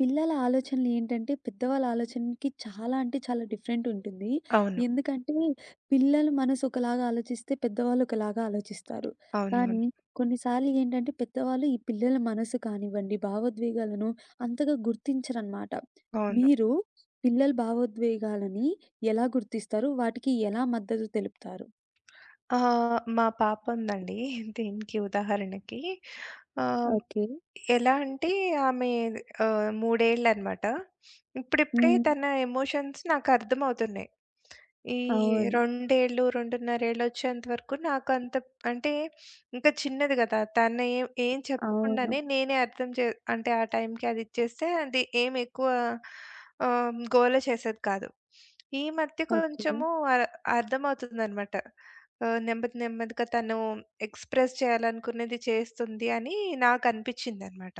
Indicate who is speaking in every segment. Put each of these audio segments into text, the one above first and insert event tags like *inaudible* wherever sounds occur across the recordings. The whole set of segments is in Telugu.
Speaker 1: పిల్లల ఆలోచనలు ఏంటంటే, పెద్దవాళ్ళ ఆలోచనకి చాలా అంటే చాలా డిఫరెంట్ ఉంటుంది.
Speaker 2: అవును.
Speaker 1: ఎందుకంటే, పిల్లల మనసు ఒకలాగా ఆలోచిస్తే, పెద్దవాళ్ళు ఒకలాగా ఆలోచిస్తారు. కానీ
Speaker 2: అవునవును.
Speaker 1: కొన్నిసార్లు ఏంటంటే, పెద్దవాళ్ళు ఈ పిల్లల మనసు కానివ్వండి, భావోద్వేగాలను అంతగా గుర్తించరనమాట.
Speaker 2: అవును.
Speaker 1: మీరు పిల్లల భావోద్వేగాలని ఎలా గుర్తిస్తారు? వాటికి ఎలా మద్దతు తెలుపుతారు?
Speaker 2: మా పాపుందండి *laughs* దీనికి ఉదాహరణకి. ఆహ్,
Speaker 1: ఓకే.
Speaker 2: ఎలా అంటే ఆమె 3 ఏళ్ళనమాట. ఇప్పుడిప్పుడే
Speaker 1: హ్మ్.
Speaker 2: తన ఎమోషన్స్ నాకర్థమవుతున్నాయి. ఈ
Speaker 1: అవును.
Speaker 2: 2 ఏళ్ళు, 2.5 ఏళ్ళొచ్చేంత వరకు నాకంత అంటే ఇంకా చిన్నది గదా! తను ఏం ఏం
Speaker 1: అవును.
Speaker 2: చెప్పకుండానే నేనే అర్థం చే అంటే ఆ టైంకి అదిచ్చేస్తే అది ఏం ఎక్కువ గోల చేసేది కాదు. ఈ మధ్య
Speaker 1: ఓకే.
Speaker 2: కొంచెము అ అర్థమవుతుందనమాట. నెమ్మది నెమ్మదిగా తను ఎక్స్‌ప్రెస్ చేయాలనుకున్నది చేస్తుంది అని నాకనిపిచ్చిందనమాట.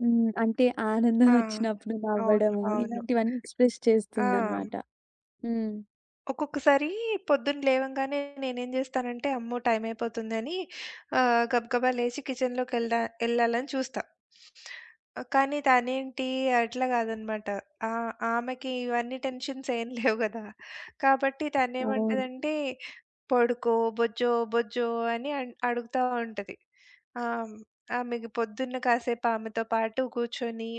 Speaker 1: హ్మ్. అంటే ఆనందం
Speaker 2: ఆ!
Speaker 1: వచ్చినప్పుడు
Speaker 2: అవును.
Speaker 1: నవ్వడము,
Speaker 2: అవును.
Speaker 1: ఇలాంటివన్నీ ఎక్స్‌ప్రెస్
Speaker 2: ఆ!
Speaker 1: చేస్తుందనమాట. హ్మ్.
Speaker 2: ఒక్కొక్కసారి పొద్దున్న లేవంగానే నేనేం జేస్తానంటే, అమ్మో! టైం అయిపోతుందని గబగబా లేచి కిచెన్‌లోకి ఎల్దా ఎళ్ళాలని చూస్తా. కానీ అట్లా గాదనమాట. ఆ ఆమెకి ఇవన్నీ టెన్షన్స్ ఏం లేవు గదా! కాబట్టి
Speaker 1: అవును.
Speaker 2: తనేమంటదంటే, "పడుకో, బొజ్జో, బొజ్జో" అని అడుగుతా ఉంటది. ఆహ్, ఆమెకి పొద్దున్న కాసేపు ఆమెతో పాటు కూర్చొని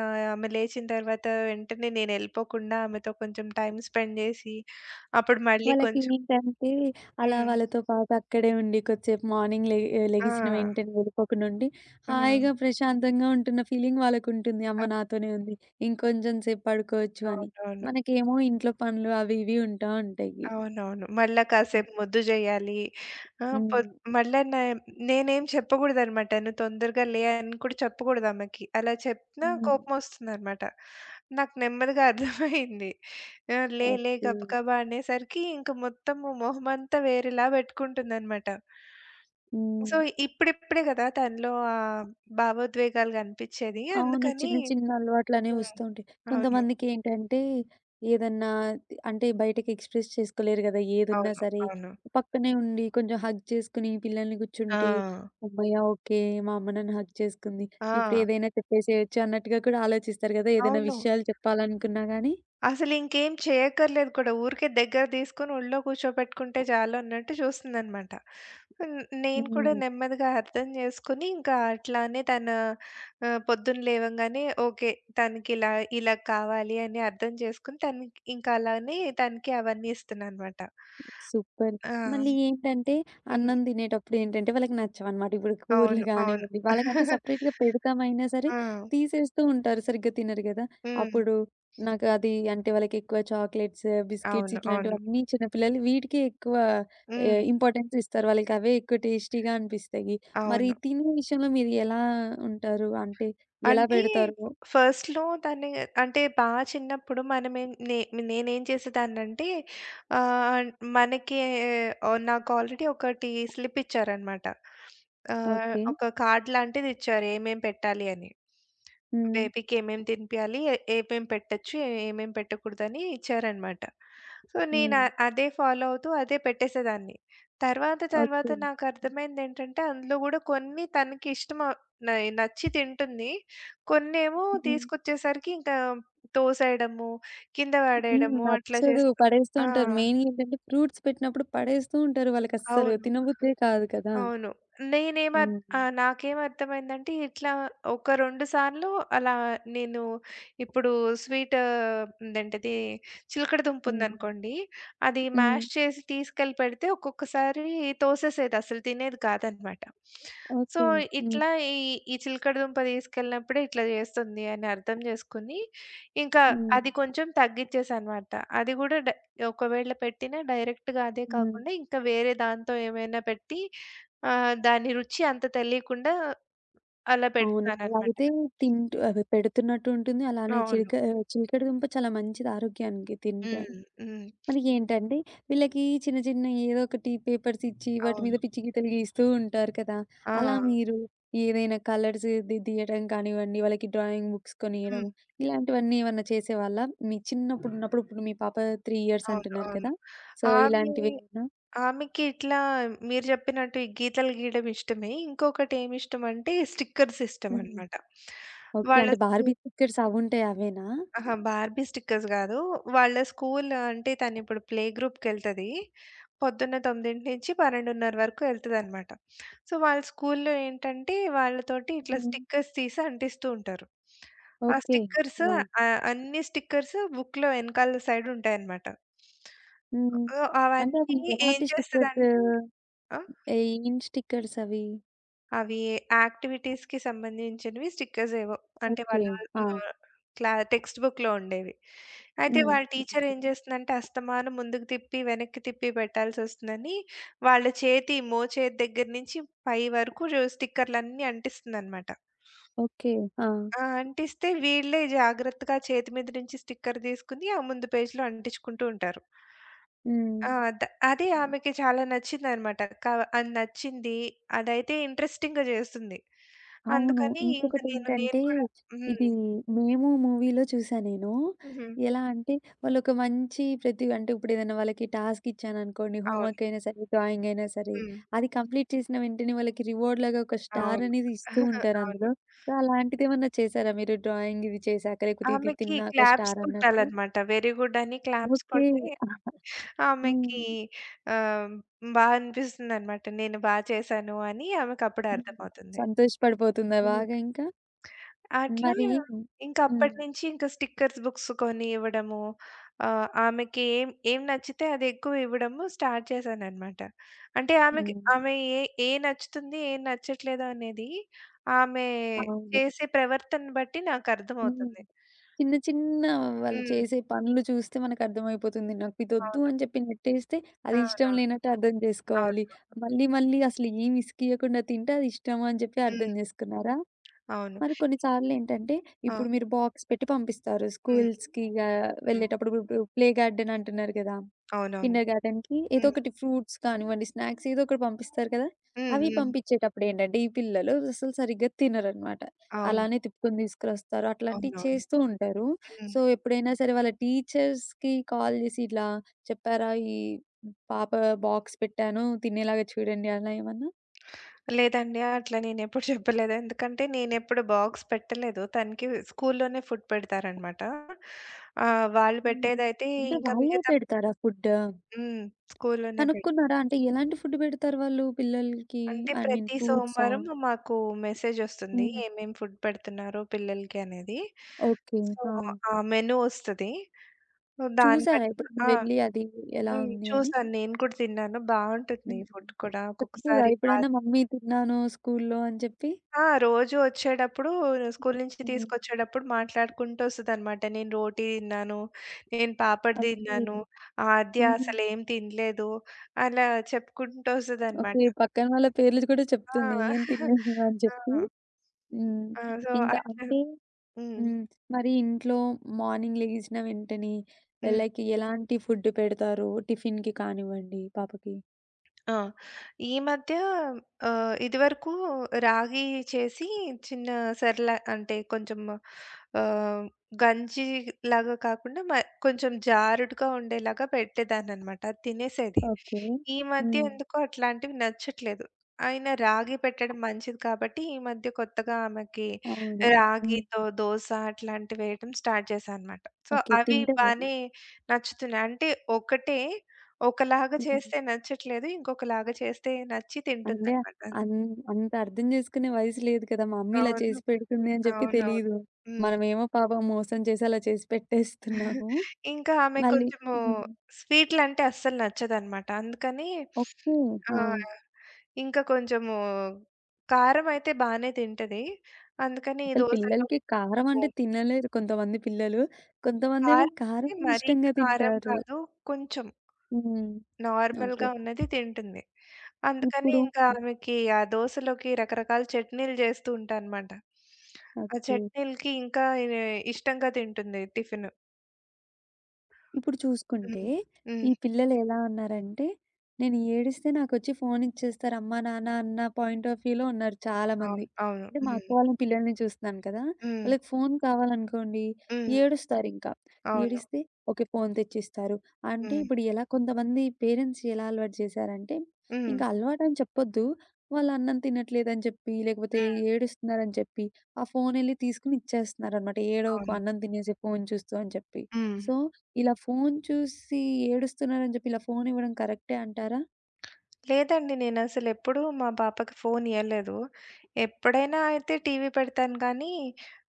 Speaker 2: ఆమె లేచిన తర్వాత వెంటనే నేనెళ్ళిపోకుండా ఆమెతో కొంచెం టైమ్ స్పెండ్ జేసి అప్పుడు మళ్ళీ
Speaker 1: వాళ్ళకి
Speaker 2: కొంచెం
Speaker 1: ఏంటంటే, అలా
Speaker 2: హ్మ్.
Speaker 1: వాళ్ళతో పాటు అక్కడే ఉండి కొద్దిసేపు మార్నింగ్
Speaker 2: ఆ!
Speaker 1: లెగిసిన వెంటనే వెళ్ళిపోకుండా ఉండి,
Speaker 2: ఆ!
Speaker 1: హాయిగా ప్రశాంతంగా ఉంటున్న ఫీలింగ్ వాళ్ళకుంటుంది.
Speaker 2: అ
Speaker 1: అమ్మ నాతోనే ఉంది. ఇంకొంచెం సేపు పడుకోవచ్చు అని.
Speaker 2: అవునవును.
Speaker 1: మనకేమో ఇంట్లో పనులు అవి ఇవి ఉంటా ఉంటాయి.
Speaker 2: అవునవును. మళ్ళా కాసేపు ముద్దు జేయాలి. ఆ!
Speaker 1: హ్మ్.
Speaker 2: పొద్ మళ్ళా నే నేనేం చెప్పకూడదనమాట. నువ్వు తొందరగా లే అని కూడా చెప్పకూడదు ఆమెకి. అలా చెప్పినా
Speaker 1: హ్మ్.
Speaker 2: కోపమొస్తుందనమాట. నాకు నెమ్మదిగా అర్థమయింది. ఆ! లే లే
Speaker 1: ఓకే.
Speaker 2: గబగబా అనేసరికి ఇంక మొత్తము మొహమంతా వేరేలా పెట్టుకుంటుందనమాట.
Speaker 1: హ్మ్.
Speaker 2: సో, ఇప్పుడిప్పుడే గదా! తనలో భావోద్వేగాలు గనిపిచ్చేది.
Speaker 1: అవును.
Speaker 2: అందుకని
Speaker 1: చిన్న చిన్న అలవాట్లనేవి
Speaker 2: హ్మ్.
Speaker 1: వస్తూ ఉంటాయి.
Speaker 2: అవును.
Speaker 1: కొంతమందికేంటంటే ఏదన్నా అంటే బయటకి ఎక్స్‌ప్రెస్ చేసుకోలేరు గదా! ఏదున్నా
Speaker 2: అవును.
Speaker 1: సరే.
Speaker 2: అవును.
Speaker 1: పక్కనే ఉండి కొంచెం హగ్ చేసుకొని పిల్లల్ని
Speaker 2: ఆ!
Speaker 1: కూర్చుంటే, హమ్మయ్య! ఓకే. మా అమ్మ నన్ను హగ్ చేసుకుంది. ఇప్పుడు
Speaker 2: ఆ!
Speaker 1: ఏదైనా చెప్పేసేయొచ్చు అన్నట్టుగా కూడా ఆలోచిస్తారు గదా! ఏదైనా
Speaker 2: అవును.
Speaker 1: విషయాలు చెప్పాలనుకున్నా గానీ.
Speaker 2: అసలింకేం చేయక్కర్లేదు కూడా. ఊరికే దగ్గర తీసుకొని ఒళ్ళో కూర్చోబెట్టుకుంటే చాలన్నట్టు చూస్తుందనమాట. హ్మ్. నేను కూడా
Speaker 1: హ్మ్.
Speaker 2: నెమ్మదిగా అర్థం చేసుకొని, ఇంకా అట్లానే తన పొద్దున్న లేవంగానే ఓకే. తనకిలా ఇలా ఇలా కావాలి అని అర్థం చేసుకొని, తనకి ఇంకా అలానే తనకి అవన్నీ ఇస్తున్నానమాట.
Speaker 1: సూపర్.
Speaker 2: ఆ!
Speaker 1: మళ్ళీ ఏంటంటే,
Speaker 2: హ్మ్.
Speaker 1: అన్నం తినేటప్పుడు ఏంటంటే, వాళ్ళకి నచ్చవనమాట. ఇప్పుడు కూరలు
Speaker 2: అవును. అవును.
Speaker 1: గానివ్వండి, వాళ్ళకంటూ
Speaker 2: *laughs*
Speaker 1: సెపరేట్‌గా పెడతామైనా సరే,
Speaker 2: ఆ!
Speaker 1: తీసేస్తూ ఉంటారు. సరిగ్గా తినరు గదా!
Speaker 2: హ్మ్.
Speaker 1: అప్పుడు నాకు అది అంటే వాళ్ళకెక్కువ చాక్లెట్స్, బిస్కిట్స్
Speaker 2: అవును. అవును.
Speaker 1: ఇట్లాంటివన్నీ చిన్న పిల్లలు వీటికే ఎక్కువ
Speaker 2: హ్మ్.
Speaker 1: ఇంపార్టెన్స్ ఇస్తారు. వాళ్ళకవే ఎక్కువ టేస్టీగా అనిపిస్తాయి. మరి
Speaker 2: అవును.
Speaker 1: తినే విషయంలో మీరు ఎలా ఉంటారు? అంటే ఎలా
Speaker 2: అంటే
Speaker 1: పెడతారు?
Speaker 2: ఫస్ట్‌లో దాన్ని అంటే బా చిన్నప్పుడు మనమేం నే నేనేం చేసేదాన్నంటే ఆహ్, మనకి నాకు ఆల్రెడీ ఒకటి స్లిప్ ఇచ్చారనమాట.
Speaker 1: ఓకే.
Speaker 2: ఒక కార్డ్ లాంటిది ఇచ్చారు ఏమేం పెట్టాలి అని.
Speaker 1: హ్మ్.
Speaker 2: బేబీకి ఏమేం తినిపియాలి, ఏమేం పెట్టొచ్చు, ఏమేం పెట్టకూడదని ఇచ్చారనమాట. సో, నేను
Speaker 1: హ్మ్.
Speaker 2: అదే ఫాలో అవుతూ అదే పెట్టేసేదాన్ని. తర్వాత తర్వాత
Speaker 1: ఓకే.
Speaker 2: నాకు అర్థమైందేంటంటే అందులో గూడా కొన్ని తనకి ఇష్టం న నచ్చి తింటుంది. కొన్నేమో
Speaker 1: హ్మ్.
Speaker 2: తీసుకొచ్చేసరికి ఇంకా తోసేయడము, కింద
Speaker 1: హ్మ్.
Speaker 2: పడేయడము అట్లా
Speaker 1: నచ్చదు.
Speaker 2: చేస్తూ
Speaker 1: పడేస్తూ
Speaker 2: ఆ!
Speaker 1: ఉంటారు. మెయిన్‌గా ఏంటంటే ఫ్రూట్స్ పెట్టినప్పుడు పడేస్తూ ఉంటారు. వాళ్ళకస్సలు
Speaker 2: అవును.
Speaker 1: తినబుద్దే కాదు కదా!
Speaker 2: అవును. నేనేమి అర్
Speaker 1: హ్మ్.
Speaker 2: నాకేమర్థమైందంటే ఇట్లా ఒక 2 సార్లు అలా నేను ఇప్పుడు స్వీట్ ఏంటది చిలకడ దుంపు
Speaker 1: హ్మ్.
Speaker 2: ఉందనుకోండి. అది
Speaker 1: హ్మ్.
Speaker 2: మ్యాష్ చేసి తీసుకెళ్ళి పెడితే ఒక్కొక్కసారి తోసేసేది అసలు తినేది కాదనమాట. So,
Speaker 1: okay. హ్మ్.
Speaker 2: ఇట్లా ఈ ఈ చిలకడ దుంప తీసుకెళ్ళినప్పుడే ఇట్లా చేస్తుంది అని అర్థం చేసుకొని, ఇంకా
Speaker 1: హ్మ్.
Speaker 2: అది కొంచెం తగ్గిచ్చేసానమాట. అది కూడా డై ఒకవేళ పెట్టినా డైరెక్ట్‌గా అదే
Speaker 1: హ్మ్.
Speaker 2: కాకుండా ఇంకా వేరే దాంతో ఏమైనా పెట్టి ఆ! దాని రుచి అంత తెలియకుండా అలా
Speaker 1: అవును. అలా
Speaker 2: పెడుతున్నాననమాట.
Speaker 1: అయితే తింటూ అవి పెడుతున్నట్టు ఉంటుంది. అలానే
Speaker 2: అవును.
Speaker 1: చిలకడ దుంప చాలా మంచిది ఆరోగ్యానికి తింటే.
Speaker 2: హ్మ్. హ్మ్.
Speaker 1: మరి ఏంటంటే, వీళ్ళకి చిన్న చిన్న ఏదో ఒకటి పేపర్స్ ఇచ్చి, వాటి మీద
Speaker 2: అవును.
Speaker 1: పిచ్చి గీతలు గీస్తూ ఉంటారు కదా!
Speaker 2: ఆ!
Speaker 1: అలా మీరు ఏదైనా కలర్స్ ది తీయడం కానివ్వండి, వాళ్ళకి డ్రాయింగ్ బుక్స్
Speaker 2: హ్మ్.
Speaker 1: కొనియడము, ఇలాంటివన్నీ ఏమన్నా చేసేవాళ్ళా? మీ చిన్నప్పుడు ఉన్నప్పుడు, ఇప్పుడు మీ పాప 3 ఇయర్స్
Speaker 2: అవును.
Speaker 1: అంటున్నారు
Speaker 2: అవును.
Speaker 1: కదా! సో,
Speaker 2: ఆమె
Speaker 1: ఇలాంటివేమన్నా?
Speaker 2: ఆమెకి ఇట్లా మీరు చెప్పినట్టు ఈ గీతలు గీయడం ఇష్టమే. ఇంకొకటేమిష్టమంటే స్టిక్కర్స్
Speaker 1: హ్మ్.
Speaker 2: ఇష్టమనమాట.
Speaker 1: ఓకే.
Speaker 2: వాళ్ళ
Speaker 1: అంటే
Speaker 2: స్కూ
Speaker 1: బార్బీ స్టిక్కర్స్ అవుంటాయి అవేనా?
Speaker 2: అహా! బార్బీ స్టిక్కర్స్ గాదు. వాళ్ళ స్కూల్ అంటే తనిప్పుడు ప్లే గ్రూప్‌కెళ్తది. పొద్దున్న 9 నుంచి 12:30 వరకు ఎళ్తదనమాట. సో, వాళ్ళ స్కూల్‌లో ఏంటంటే వాళ్ళతోటి ఇట్లా
Speaker 1: హ్మ్.
Speaker 2: స్టిక్కర్స్ తీసి అంటిస్తూ ఉంటారు. ఆ
Speaker 1: ఓకే.
Speaker 2: స్టిక్కర్స్
Speaker 1: ఆ!
Speaker 2: అన్ని స్టిక్కర్స్ బుక్‌లో ఎనకాల సైడ్ ఉంటాయనమాట.
Speaker 1: హ్మ్.
Speaker 2: సో,
Speaker 1: అంటే అవి
Speaker 2: అవన్నీ ఏం
Speaker 1: ఎలాంటి స్టిక్కర్స్?
Speaker 2: చేస్తదంటే ఆ!
Speaker 1: ఏం స్టిక్కర్స్ అవి?
Speaker 2: అవి యాక్టివిటీస్‌కి సంబంధించినవి స్టిక్కర్స్ ఏవో. అంటే
Speaker 1: ఓకే.
Speaker 2: వాళ్ళ
Speaker 1: ఆ!
Speaker 2: ఆహ్, టెక్స్ట్ బుక్‌లో ఉండేవి. అయితే హ్మ్.
Speaker 1: హ్మ్.
Speaker 2: వాళ్ళ టీచర్
Speaker 1: ఓకే.
Speaker 2: ఏం చేస్తుందంటే అస్తమానం ముందుకు తిప్పి, వెనక్కి తిప్పి పెట్టాల్సొస్తుందని వాళ్ళ చేతి మోచేతి దగ్గర నుంచి పై వరకు జో స్టిక్కర్‌లన్నీ అంటిస్తుందనమాట.
Speaker 1: ఓకే. ఆ!
Speaker 2: ఆ! అంటిస్తే వీళ్ళే జాగ్రత్తగా చేతి మీద నుంచి స్టిక్కర్ తీసుకొని ఆ ముందు పేజ్‌లో అంటించుకుంటూ ఉంటారు.
Speaker 1: హ్మ్.
Speaker 2: ఆ! ద అది ఆమెకి చాలా నచ్చిందనమాట. అది నచ్చింది. అదైతే ఇంట్రెస్టింగ్‌గా జేస్తుంది.
Speaker 1: అవును.
Speaker 2: అందుకని ఇంక నేను
Speaker 1: ఇంకొకటేంటంటే,
Speaker 2: నేను కూడా హ్మ్.
Speaker 1: ఇది 'మేము' మూవీలో చూసా నేను.
Speaker 2: హుహు.
Speaker 1: ఎలా అంటే, వాళ్ళొక మంచి ప్రతి అంటే ఇప్పుడేదైనా వాళ్ళకి టాస్క్ ఇచ్చాననుకోండి,
Speaker 2: అవును.
Speaker 1: హోంవర్క్ అయినా సరే, డ్రాయింగ్ అయినా సరే,
Speaker 2: హ్మ్.
Speaker 1: అది కంప్లీట్ చేసిన వెంటనే వాళ్ళకి రివార్డ్ లాగా ఒక స్టార్
Speaker 2: అవును.
Speaker 1: అనేది ఇస్తూ ఉంటారు
Speaker 2: అవును.
Speaker 1: అందులో. సో, అలాంటిదేమన్నా చేశారా మీరు? డ్రాయింగ్ ఇది చేశాక, లేకపోతే ఇది
Speaker 2: ఆమెకి
Speaker 1: తిన్నాక
Speaker 2: క్లాప్స్
Speaker 1: స్టార్ అన్నట్టు?
Speaker 2: కొట్టాలనమాట. వెరీ గుడ్ అని క్లాప్స్
Speaker 1: ఓకే.
Speaker 2: కొడితే ఆమెకి
Speaker 1: హ్మ్.
Speaker 2: ఆహ్, బా అనిపిస్తుందనమాట. నేను బా చేశాను అని ఆమెకప్పుడు
Speaker 1: హ్మ్.
Speaker 2: అర్థమవుతుంది.
Speaker 1: సంతోషపడిపోతుందా
Speaker 2: హ్మ్.
Speaker 1: బాగా ఇంకా?
Speaker 2: అట్లా
Speaker 1: మరి
Speaker 2: ఇంక
Speaker 1: హ్మ్.
Speaker 2: అప్పటినుంచి ఇంక స్టిక్కర్స్ బుక్స్ కొని ఇవ్వడము. ఆమెకి ఏం ఏం నచ్చితే అది ఎక్కువ ఇవ్వడము స్టార్ట్ చేశాననమాట. అంటే ఆమెకి
Speaker 1: హ్మ్.
Speaker 2: ఆమె ఏ ఏం నచ్చుతుంది, ఏం నచ్చట్లేదు అనేది ఆమె
Speaker 1: అవును.
Speaker 2: చేసే ప్రవర్తన బట్టి
Speaker 1: హ్మ్.
Speaker 2: నాకర్థమవుతుంది.
Speaker 1: చిన్న చిన్న వాళ్ళు
Speaker 2: హ్మ్.
Speaker 1: చేసే పనులు చూస్తే మనకర్థమైపోతుంది. నాకిదొద్దు
Speaker 2: అవును.
Speaker 1: అని చెప్పి నెట్టేస్తే అది ఇష్టం
Speaker 2: అవునవును.
Speaker 1: లేనట్టు అర్థం జేసుకోవాలి.
Speaker 2: అవునవును.
Speaker 1: మళ్ళీ మళ్ళీ అసలు ఏమి ఇసికియకుండా తింటే అది ఇష్టమా అని చెప్పి
Speaker 2: హ్మ్.
Speaker 1: అర్థం జేసుకున్నారా?
Speaker 2: అవును.
Speaker 1: మరి కొన్ని సార్లేంటంటే
Speaker 2: ఆ!
Speaker 1: ఇప్పుడు మీరు బాక్స్ పెట్టి పంపిస్తారు
Speaker 2: హ్మ్.
Speaker 1: స్కూల్స్‌కి గా
Speaker 2: హ్మ్.
Speaker 1: వెళ్ళేటప్పుడు ఇప్పుడు ప్లే గార్డెన్ అంటున్నారు గదా!
Speaker 2: అవునవును.
Speaker 1: కిండర్‌గార్టెన్‌కి ఏదో
Speaker 2: హ్మ్.
Speaker 1: ఒకటి ఫ్రూట్స్ కానివ్వండి, స్నాక్స్ ఏదో ఒకటి పంపిస్తారు కదా!
Speaker 2: హ్మ్.
Speaker 1: అవి
Speaker 2: హ్మ్.
Speaker 1: పంపించేటప్పుడు ఏంటంటే, ఈ పిల్లలు అసలు సరిగ్గా తినరనమాట.
Speaker 2: అవును.
Speaker 1: అలానే తిప్పుకొని తీసుకురొస్తారు. అట్లాంటివి
Speaker 2: అవునవును.
Speaker 1: చేస్తూ ఉంటారు.
Speaker 2: హ్మ్.
Speaker 1: సో, ఎప్పుడైనా సరే వాళ్ళ టీచర్స్‌కి కాల్ చేసి ఇట్లా చెప్పారా? ఈ పాప బాక్స్ పెట్టాను తినేలాగా చూడండి అలా ఏమన్నా?
Speaker 2: లేదండి. అట్లా నేనెప్పుడు చెప్పలేదు. ఎందుకంటే నేనెప్పుడు బాక్స్ పెట్టలేదు. తనకి స్కూల్లోనే ఫుడ్ పెడతారనమాట. వాళ్ళు
Speaker 1: హ్మ్.
Speaker 2: పెట్టేదైతే
Speaker 1: అంటే
Speaker 2: ఇంకా
Speaker 1: వాళ్ళే
Speaker 2: మిగతా
Speaker 1: పెడతారా ఫుడ్?
Speaker 2: హ్మ్. స్కూల్లోనే పెట్
Speaker 1: కనుక్కున్నారా? అంటే ఎలాంటి ఫుడ్ పెడతారు వాళ్ళు పిల్లలకి?
Speaker 2: అంటే
Speaker 1: ఐ మీన్
Speaker 2: ప్రతి
Speaker 1: ఫ్రూట్సా?
Speaker 2: సోమవారం మాకు మెసేజొస్తుంది.
Speaker 1: హ్మ్.
Speaker 2: ఏమేం ఫుడ్ పెడుతున్నారో పిల్లలకి అనేది.
Speaker 1: ఓకే.
Speaker 2: సో,
Speaker 1: ఆ!
Speaker 2: ఆ మెనూ ఒస్తది. దాన్ని
Speaker 1: చూసారా
Speaker 2: బట్టి
Speaker 1: ఎప్పుడైనా
Speaker 2: ఆ!
Speaker 1: వెళ్లి అది ఎలా
Speaker 2: హ్మ్.
Speaker 1: ఉంది అని?
Speaker 2: చూసాను. నేను కూడా తిన్నాను. బావుంటుంది
Speaker 1: హ్మ్.
Speaker 2: ఫుడ్ కూడా.
Speaker 1: చెప్తదా
Speaker 2: ఒక్కొక్కసారి పా
Speaker 1: ఎప్పుడైనా మమ్మీ తిన్నాను స్కూల్‌లో అని చెప్పి?
Speaker 2: ఆ! రోజూ ఒచ్చేటప్పుడు స్కూలు నుంచి
Speaker 1: హ్మ్.
Speaker 2: తీసుకొచ్చేటప్పుడు మాట్లాడుకుంటూ ఒస్తదనమాట. నేను రోటీ తిన్నాను, నేను పాపడ్
Speaker 1: ఓకే.
Speaker 2: తిన్నాను, ఆద్య
Speaker 1: హుహు.
Speaker 2: అసలేం తినలేదు అలా చెప్పుకుంటూ
Speaker 1: ఓకే.
Speaker 2: ఒస్తదనమాట.
Speaker 1: పక్కన వాళ్ళ పేర్లు కూడా చెప్తుంది.
Speaker 2: ఆ!
Speaker 1: ఏం
Speaker 2: *laughs*
Speaker 1: తిన్నాను అని చెప్పి.
Speaker 2: ఆ!
Speaker 1: హ్మ్.
Speaker 2: ఆ! సో,
Speaker 1: ఇంకా
Speaker 2: అట్లా
Speaker 1: అంటే
Speaker 2: హ్మ్.
Speaker 1: హ్మ్. మరి ఇంట్లో మార్నింగ్ లెగిసిన వెంటనే
Speaker 2: హ్మ్.
Speaker 1: లైక్ ఎలాంటి ఫుడ్ పెడతారు? టిఫిన్‌కి కానివ్వండి పాపకి?
Speaker 2: ఆ! ఈ మధ్య ఇదివరకు రాగి చేసి చిన్న సెర్లా అంటే కొంచెం ఆహ్, గంజి లాగా కాకుండా కొంచెం జారుడుగా ఉండేలాగా పెట్టేదాన్ననమాట. అది తినేసేది.
Speaker 1: ఓకే.
Speaker 2: ఈ మధ్య
Speaker 1: హ్మ్.
Speaker 2: ఎందుకో అట్లాంటివి నచ్చట్లేదు. అయినా రాగి పెట్టడం మంచిది కాబట్టి, ఈ మధ్య కొత్తగా ఆమెకి
Speaker 1: అవును. హ్మ్.
Speaker 2: రాగితో దోస అట్లాంటివి వేయటం స్టార్ట్ చేశా అనమాట. So,
Speaker 1: okay.
Speaker 2: అవి
Speaker 1: తింటదా?
Speaker 2: బానే నచ్చుతున్నాయి. అంటే ఒకటే ఒకలాగా
Speaker 1: హ్మ్.
Speaker 2: చేస్తే నచ్చట్లేదు. ఇంకొకలాగా చేస్తే నచ్చి
Speaker 1: అంటే
Speaker 2: తింటుందనమాట.
Speaker 1: అన్ అంత అర్థం చేసుకునే వయసు లేదు కదా! మా అమ్మ ఇలా
Speaker 2: అవును.
Speaker 1: చేసి పెడుతుంది అని చెప్పి
Speaker 2: అవునవును.
Speaker 1: తెలీదు.
Speaker 2: హ్మ్.
Speaker 1: మనమేమో పాపం మోసం చేసి అలా చేసి పెట్టేస్తున్నాము.
Speaker 2: ఇంకా ఆమెకు
Speaker 1: మళ్ళీ
Speaker 2: కొంచెము
Speaker 1: హ్మ్.
Speaker 2: స్వీట్‌లంటే అస్సలు నచ్చదనమాట. అందుకని
Speaker 1: ఓకే. ఆ!
Speaker 2: ఆ! ఇంకా కొంచెము కారం అయితే బానే తింటది. అందుకని
Speaker 1: అసలు
Speaker 2: దోసలో
Speaker 1: పిల్లలకి కారం అంటే తినలేరు కొంతమంది పిల్లలు. కొంతమందేమో
Speaker 2: కారం అంటే
Speaker 1: కారమే
Speaker 2: మరీ
Speaker 1: ఇష్టంగా
Speaker 2: కారం
Speaker 1: తింటారు.
Speaker 2: కాదు. కొంచెం
Speaker 1: హ్మ్. ఓకే.
Speaker 2: నార్మల్‌గా ఉన్నది తింటుంది. అందుకని
Speaker 1: ఇప్పుడు
Speaker 2: ఇంకా ఆమెకి ఆ దోసలోకి రకరకాల చట్నీలు చేస్తూ ఉంటా అనమాట. ఆ
Speaker 1: ఓకే.
Speaker 2: చట్నీలకి ఇంకా ఇ ఇష్టంగా తింటుంది టిఫిను.
Speaker 1: ఇప్పుడు చూసుకుంటే,
Speaker 2: హ్మ్.
Speaker 1: ఈ
Speaker 2: హ్మ్.
Speaker 1: పిల్లలెలా ఉన్నారంటే, నేను ఏడిస్తే నాకొచ్చి ఫోన్ ఇచ్చేస్తారు అమ్మా, నాన్న అన్న పాయింట్ ఆఫ్ వ్యూలో ఉన్నారు
Speaker 2: అవును.
Speaker 1: చాలామంది.
Speaker 2: అవును.
Speaker 1: అంటే మా అక్క
Speaker 2: హ్మ్.
Speaker 1: వాళ్ళ పిల్లల్ని చూస్తున్నాను కదా!
Speaker 2: హ్మ్.
Speaker 1: వాళ్ళకి ఫోన్ కావాలనుకోండి
Speaker 2: హ్మ్.
Speaker 1: ఏడుస్తారింకా.
Speaker 2: అవును.
Speaker 1: ఏడిస్తే ఓకే. ఫోన్ తెచ్చిస్తారు. అంటే
Speaker 2: హ్మ్.
Speaker 1: ఇప్పుడు ఎలా కొంతమంది పేరెంట్స్ ఎలా అలవాటు చేశారంటే,
Speaker 2: హ్మ్.
Speaker 1: ఇంకా అలవాటని చెప్పొద్దు. వాళ్ళు అన్నం తినట్లేదని చెప్పి, లేకపోతే
Speaker 2: హ్మ్.
Speaker 1: ఏడుస్తున్నారని చెప్పి, ఆ ఫోనెళ్లి తీసుకొని ఇచ్చేస్తున్నారనమాట. ఏడవకు
Speaker 2: అవును.
Speaker 1: అన్నం తినేసేయ్ ఫోన్ చూస్తూ అని చెప్పి.
Speaker 2: హ్మ్.
Speaker 1: సో ఇలా ఫోను చూసి ఏడుస్తున్నారని జెప్పి ఇలా ఫోనివ్వడం కరెక్టే అంటారా?
Speaker 2: లేదండి. నేనసలెప్పుడూ మా పాపకి ఫోనియ్యలేదు. ఎప్పుడైనా అయితే టీవీ పెడతాను కానీ,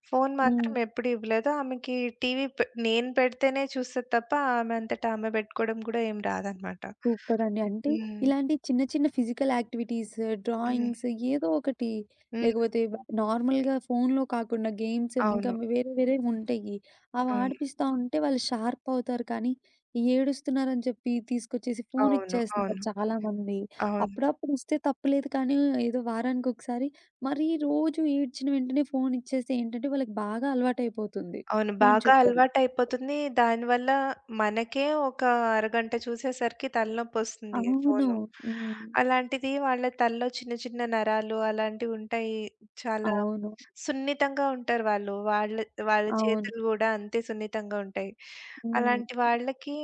Speaker 2: ఫోను
Speaker 1: హ్మ్.
Speaker 2: మాత్రం ఎప్పుడు ఇవ్వలేదు. ఆమెకి టీవీ పె నేను పెడితేనే చూస్తది తప్ప, ఆమె అంతటా ఆమె పెట్టుకోవడం కూడా ఏం రాదనమాట.
Speaker 1: సూపరండి. అంటే
Speaker 2: హ్మ్.
Speaker 1: ఇలాంటి చిన్న చిన్న ఫిజికల్ యాక్టివిటీస్,
Speaker 2: హ్మ్.
Speaker 1: డ్రాయింగ్స్ ఏదో ఒకటి
Speaker 2: హ్మ్.
Speaker 1: లేకపోతే నార్మల్‌గా ఫోన్‌లో కాకుండా గేమ్స్ ఇంకా
Speaker 2: అవును.
Speaker 1: వేరే వేరేవి ఉంటాయి. అవి
Speaker 2: అవును.
Speaker 1: ఆడిపిస్తా ఉంటే వాళ్ళు షార్ప్ అవుతారు. కానీ ఈ ఏడుస్తున్నారని చెప్పి తీసుకొచ్చేసి ఫోన్
Speaker 2: అవును.
Speaker 1: ఇచ్చేస్తున్నారు
Speaker 2: అవును.
Speaker 1: చాలామంది.
Speaker 2: అవును.
Speaker 1: అప్పుడప్పుడు ఇస్తే తప్పులేదు కానీ ఏదో వారానికి ఒకసారి మరీ రోజు ఏడ్చిన వెంటనే ఫోన్ ఇచ్చేస్తే ఏంటంటే వాళ్ళకి బాగా అలవాటైపోతుంది
Speaker 2: అవును.
Speaker 1: ఫోన్
Speaker 2: బాగా
Speaker 1: చుట్టడం.
Speaker 2: అలవాటయిపోతుంది. దానివల్ల మనకే ఒక అరగంట చూసేసరికి తలనొప్పొస్తుంది
Speaker 1: అవును.
Speaker 2: ఫోను.
Speaker 1: హ్మ్.
Speaker 2: అలాంటిది వాళ్ళ తలలో చిన్న చిన్న నరాలు అలాంటివుంటాయి. చాలా
Speaker 1: అవును.
Speaker 2: సున్నితంగా ఉంటారు వాళ్ళు. వాళ్ళ వాళ్ళ
Speaker 1: అవును.
Speaker 2: చేతులు గూడా అంతే సున్నితంగా ఉంటాయి.
Speaker 1: హ్మ్.
Speaker 2: అలాంటి వాళ్ళకి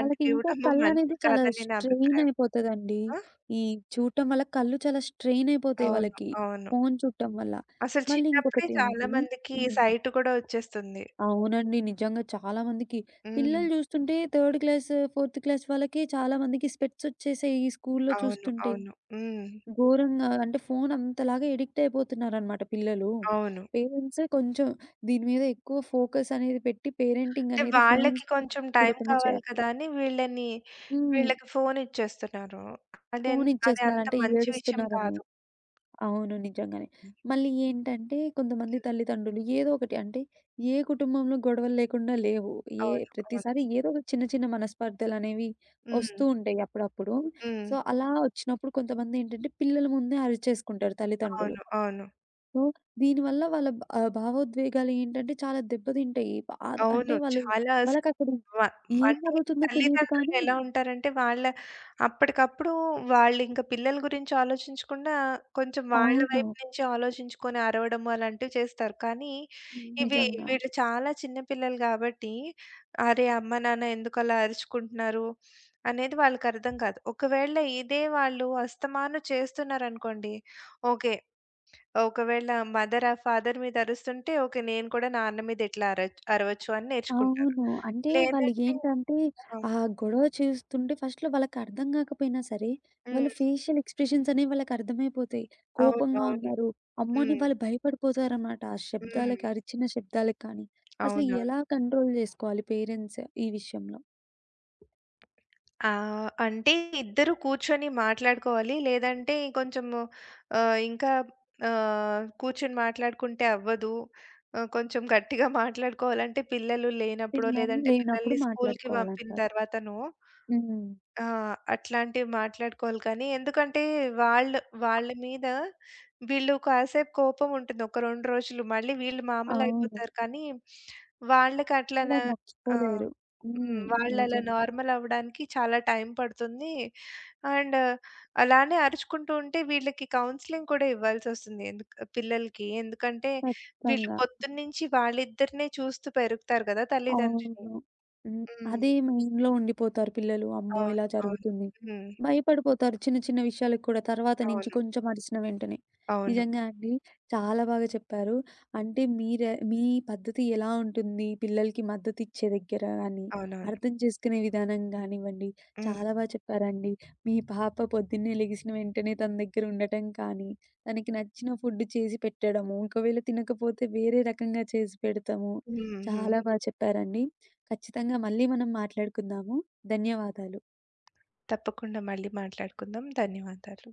Speaker 1: వాళ్ళకి ఇంకో
Speaker 2: ఇవ్వడము
Speaker 1: కళ్ళనేది
Speaker 2: మంచిది
Speaker 1: చాలా
Speaker 2: కాదని నా
Speaker 1: స్ట్రెయిన్
Speaker 2: అభిప్రాయం.
Speaker 1: అయిపోతదండి.
Speaker 2: ఆ!
Speaker 1: ఈ చూడటం వల్ల కళ్ళు చాలా స్ట్రెయిన్ అయిపోతాయి
Speaker 2: అవును.
Speaker 1: వాళ్ళకి.
Speaker 2: అవును.
Speaker 1: ఫోను చూడటం వల్ల.
Speaker 2: అసలు
Speaker 1: మళ్ళీ
Speaker 2: చిన్నప్పుడే చాలా
Speaker 1: ఇంకొకటేంటి
Speaker 2: మందికి
Speaker 1: హ్మ్.
Speaker 2: సైట్ కూడా ఒచ్చేస్తుంది.
Speaker 1: అవునండి. నిజంగా చాలా మందికి పిల్లలు
Speaker 2: హ్మ్.
Speaker 1: చూస్తుంటే థర్డ్ క్లాస్, ఫోర్త్ క్లాస్ వాళ్ళకి చాలా మందికి స్పెట్స్ వచ్చేసాయి ఈ స్కూలులో
Speaker 2: అవును.
Speaker 1: చూస్తుంటే.
Speaker 2: అవును. హ్మ్.
Speaker 1: ఘోరంగా అంటే ఫోను అంతలాగా ఎడిక్ట్ అయిపోతున్నారనమాట పిల్లలు.
Speaker 2: అవును.
Speaker 1: పేరెంట్స్ కొంచెం దీని మీద ఎక్కువ ఫోకస్ అనేది పెట్టి పేరెంటింగ్
Speaker 2: అంటే
Speaker 1: అనేది ఫోన్స్
Speaker 2: వాళ్ళకి కొంచెం టైం
Speaker 1: చూడకుండా
Speaker 2: కావాలి
Speaker 1: చేయాలి.
Speaker 2: కదా అని వీళ్ళని
Speaker 1: హ్మ్.
Speaker 2: వీళ్ళకి ఫోన్ ఇచ్చేస్తున్నారు. అది అంత
Speaker 1: పోనిచ్చేస్తున్నారంటే
Speaker 2: మంచి విషయం
Speaker 1: ఏడుస్తున్నారని.
Speaker 2: కాదు.
Speaker 1: అవును. నిజంగానే. మళ్ళీ ఏంటంటే కొంతమంది తల్లిదండ్రులు ఏదో ఒకటి అంటే ఏ కుటుంబంలో గొడవలు లేకుండా లేవు. ఏ
Speaker 2: అవును. అవును.
Speaker 1: ప్రతిసారి ఏదో ఒక చిన్న చిన్న మనస్పర్ధలనేవి
Speaker 2: హ్మ్.
Speaker 1: ఒస్తూ ఉంటాయి అప్పుడప్పుడు.
Speaker 2: హ్మ్.
Speaker 1: సో, అలా ఒచ్చినప్పుడు కొంతమంది ఏంటంటే పిల్లల ముందే అరిచేసుకుంటారు తల్లిదండ్రులు.
Speaker 2: అవును. అవును.
Speaker 1: సో, దీనివల్ల వాళ్ళ భావోద్వేగాలు ఏంటంటే చాలా దెబ్బతింటాయి. బాధ
Speaker 2: అవును.
Speaker 1: అంటే వాళ్ళు
Speaker 2: చాలా
Speaker 1: వాళ్ళకక్కడ
Speaker 2: వ
Speaker 1: ఏం
Speaker 2: అంటే
Speaker 1: జరుగుతుందో తెలీదు
Speaker 2: తల్లిదండ్రులు
Speaker 1: కానీ
Speaker 2: ఎలా ఉంటారంటే, అప్పటికప్పుడు వాళ్ళింక పిల్లల గురించి ఆలోచించకుండా, కొంచెం వాళ్ళ
Speaker 1: అవును.
Speaker 2: వైపు నుంచి ఆలోచించుకొని అరవడం అలాంటివి చేస్తారు. కానీ, ఇవి
Speaker 1: నిజంగా.
Speaker 2: వీళ్ళు చాలా చిన్న పిల్లలు కాబట్టి, అరే! అమ్మ, నాన్న ఎందుకలా అరుచుకుంటున్నారు? అనేది వాళ్ళకర్థం కాదు. ఒకవేళ ఇదే వాళ్ళు అస్తమాను చేస్తున్నారనుకోండి, ఓకే. ఒకవేళ మదర్ ఫాదర్ మీద అరుస్తుంటే, ఓకే. నేను కూడా నాన్న మీద ఇట్లా అరవచ్చు అని నేర్చుకుంటారు.
Speaker 1: అవును. అంటే వాళ్ళు
Speaker 2: లేదంటే
Speaker 1: ఏంటంటే,
Speaker 2: అవును.
Speaker 1: ఆ గొడవ చేస్తుంటే ఫస్ట్‌లో వాళ్ళకర్థం గాకపోయినా సరే, వాళ్ళు
Speaker 2: హ్మ్.
Speaker 1: ఫేషియల్ ఎక్స్‌ప్రెషన్స్ అనేవి వాళ్ళకర్థమైపోతాయి. కోపంగా
Speaker 2: అవునవును.
Speaker 1: ఉన్నారు. అమ్మో! అని
Speaker 2: హ్మ్.
Speaker 1: వాళ్ళు భయపడిపోతారనమాట. ఆ
Speaker 2: హ్మ్.
Speaker 1: శబ్దాలకి, అరిచిన శబ్దాలకి కానీ. అసలు
Speaker 2: అవునవును.
Speaker 1: ఎలా కంట్రోల్ జేసుకోవాలి పేరెంట్స్ ఈ విషయంలో?
Speaker 2: అంటే ఇద్దరు కూర్చొని మాట్లాడుకోవాలి. లేదంటే కొంచెము ఆహ్, ఇంకా కూర్చొని మాట్లాడుకుంటే అవ్వదు. కొంచెం గట్టిగా మాట్లాడుకోవాలంటే పిల్లలు లేనప్పుడో,
Speaker 1: పిల్లలు
Speaker 2: లేదంటే
Speaker 1: లేనప్పుడు
Speaker 2: పిల్లల్ని స్కూల్‌కి పంపిన
Speaker 1: మాట్లాడుకోవాలంటారు.
Speaker 2: తర్వాతనో
Speaker 1: హ్మ్.
Speaker 2: ఆ! అట్లాంటివి మాట్లాడుకోవాలి కానీ, ఎందుకంటే వాళ్ళు వాళ్ళ మీద వీళ్ళు కాసేపు కోపం ఉంటుంది. ఒక 2 రోజులు. మళ్ళీ వీళ్ళు
Speaker 1: అవును.
Speaker 2: మామూలయిపోతారు కానీ, వాళ్ళకి అట్లా న
Speaker 1: అలా
Speaker 2: ఆ!
Speaker 1: మర్చిపోలేరు. హ్మ్.
Speaker 2: హ్మ్. వాళ్ళలా
Speaker 1: నిజం.
Speaker 2: నార్మల్ అవ్వడానికి చాలా టైం పడుతుంది. అండ్ అలానే అరుచుకుంటూ ఉంటే వీళ్ళకి కౌన్సెలింగ్ కూడా ఇవ్వాల్సొస్తుంది. ఎందుకు పిల్లలకి. ఎందుకంటే వీళ్ళు
Speaker 1: ఖచ్చితంగా.
Speaker 2: పొద్దున్నుంచి వాళ్ళిద్దరినే చూస్తూ పెరుగుతారు కదా! తల్లిదండ్రిని.
Speaker 1: అవును. హ్మ్.
Speaker 2: హ్మ్.
Speaker 1: అదే మైండ్‌లో ఉండిపోతారు పిల్లలు. అమ్మో!
Speaker 2: అవును.
Speaker 1: ఇలా
Speaker 2: అవును.
Speaker 1: జరుగుతుంది.
Speaker 2: హ్మ్.
Speaker 1: భయపడిపోతారు చిన్న చిన్న విషయాలకు కూడా తర్వాత నుంచి
Speaker 2: అవును.
Speaker 1: కొంచెం అరిసిన వెంటనే.
Speaker 2: అవును.
Speaker 1: నిజంగా అండి. చాలా బాగా చెప్పారు. అంటే మీరె మీ పద్ధతి ఎలా ఉంటుంది పిల్లలకి మద్దతిచ్చే దగ్గర గాని,
Speaker 2: అవునవును.
Speaker 1: అర్థం చేసుకునే విధానం గానివ్వండి,
Speaker 2: హ్మ్.
Speaker 1: చాలా బా చెప్పారండి. మీ పాప పొద్దున్నే లెగిసిన వెంటనే తన దగ్గర ఉండటం కానీ, తనకి నచ్చిన ఫుడ్ చేసి పెట్టడము, ఒకవేళ తినకపోతే వేరే రకంగా చేసి పెడతాము.
Speaker 2: హ్మ్. హ్మ్.
Speaker 1: చాలా బా చెప్పారండి. ఖచ్చితంగా మళ్ళీ మనం మాట్లాడుకుందాము. ధన్యవాదాలు.
Speaker 2: తప్పకుండా మళ్ళీ మాట్లాడుకుందాం. ధన్యవాదాలు.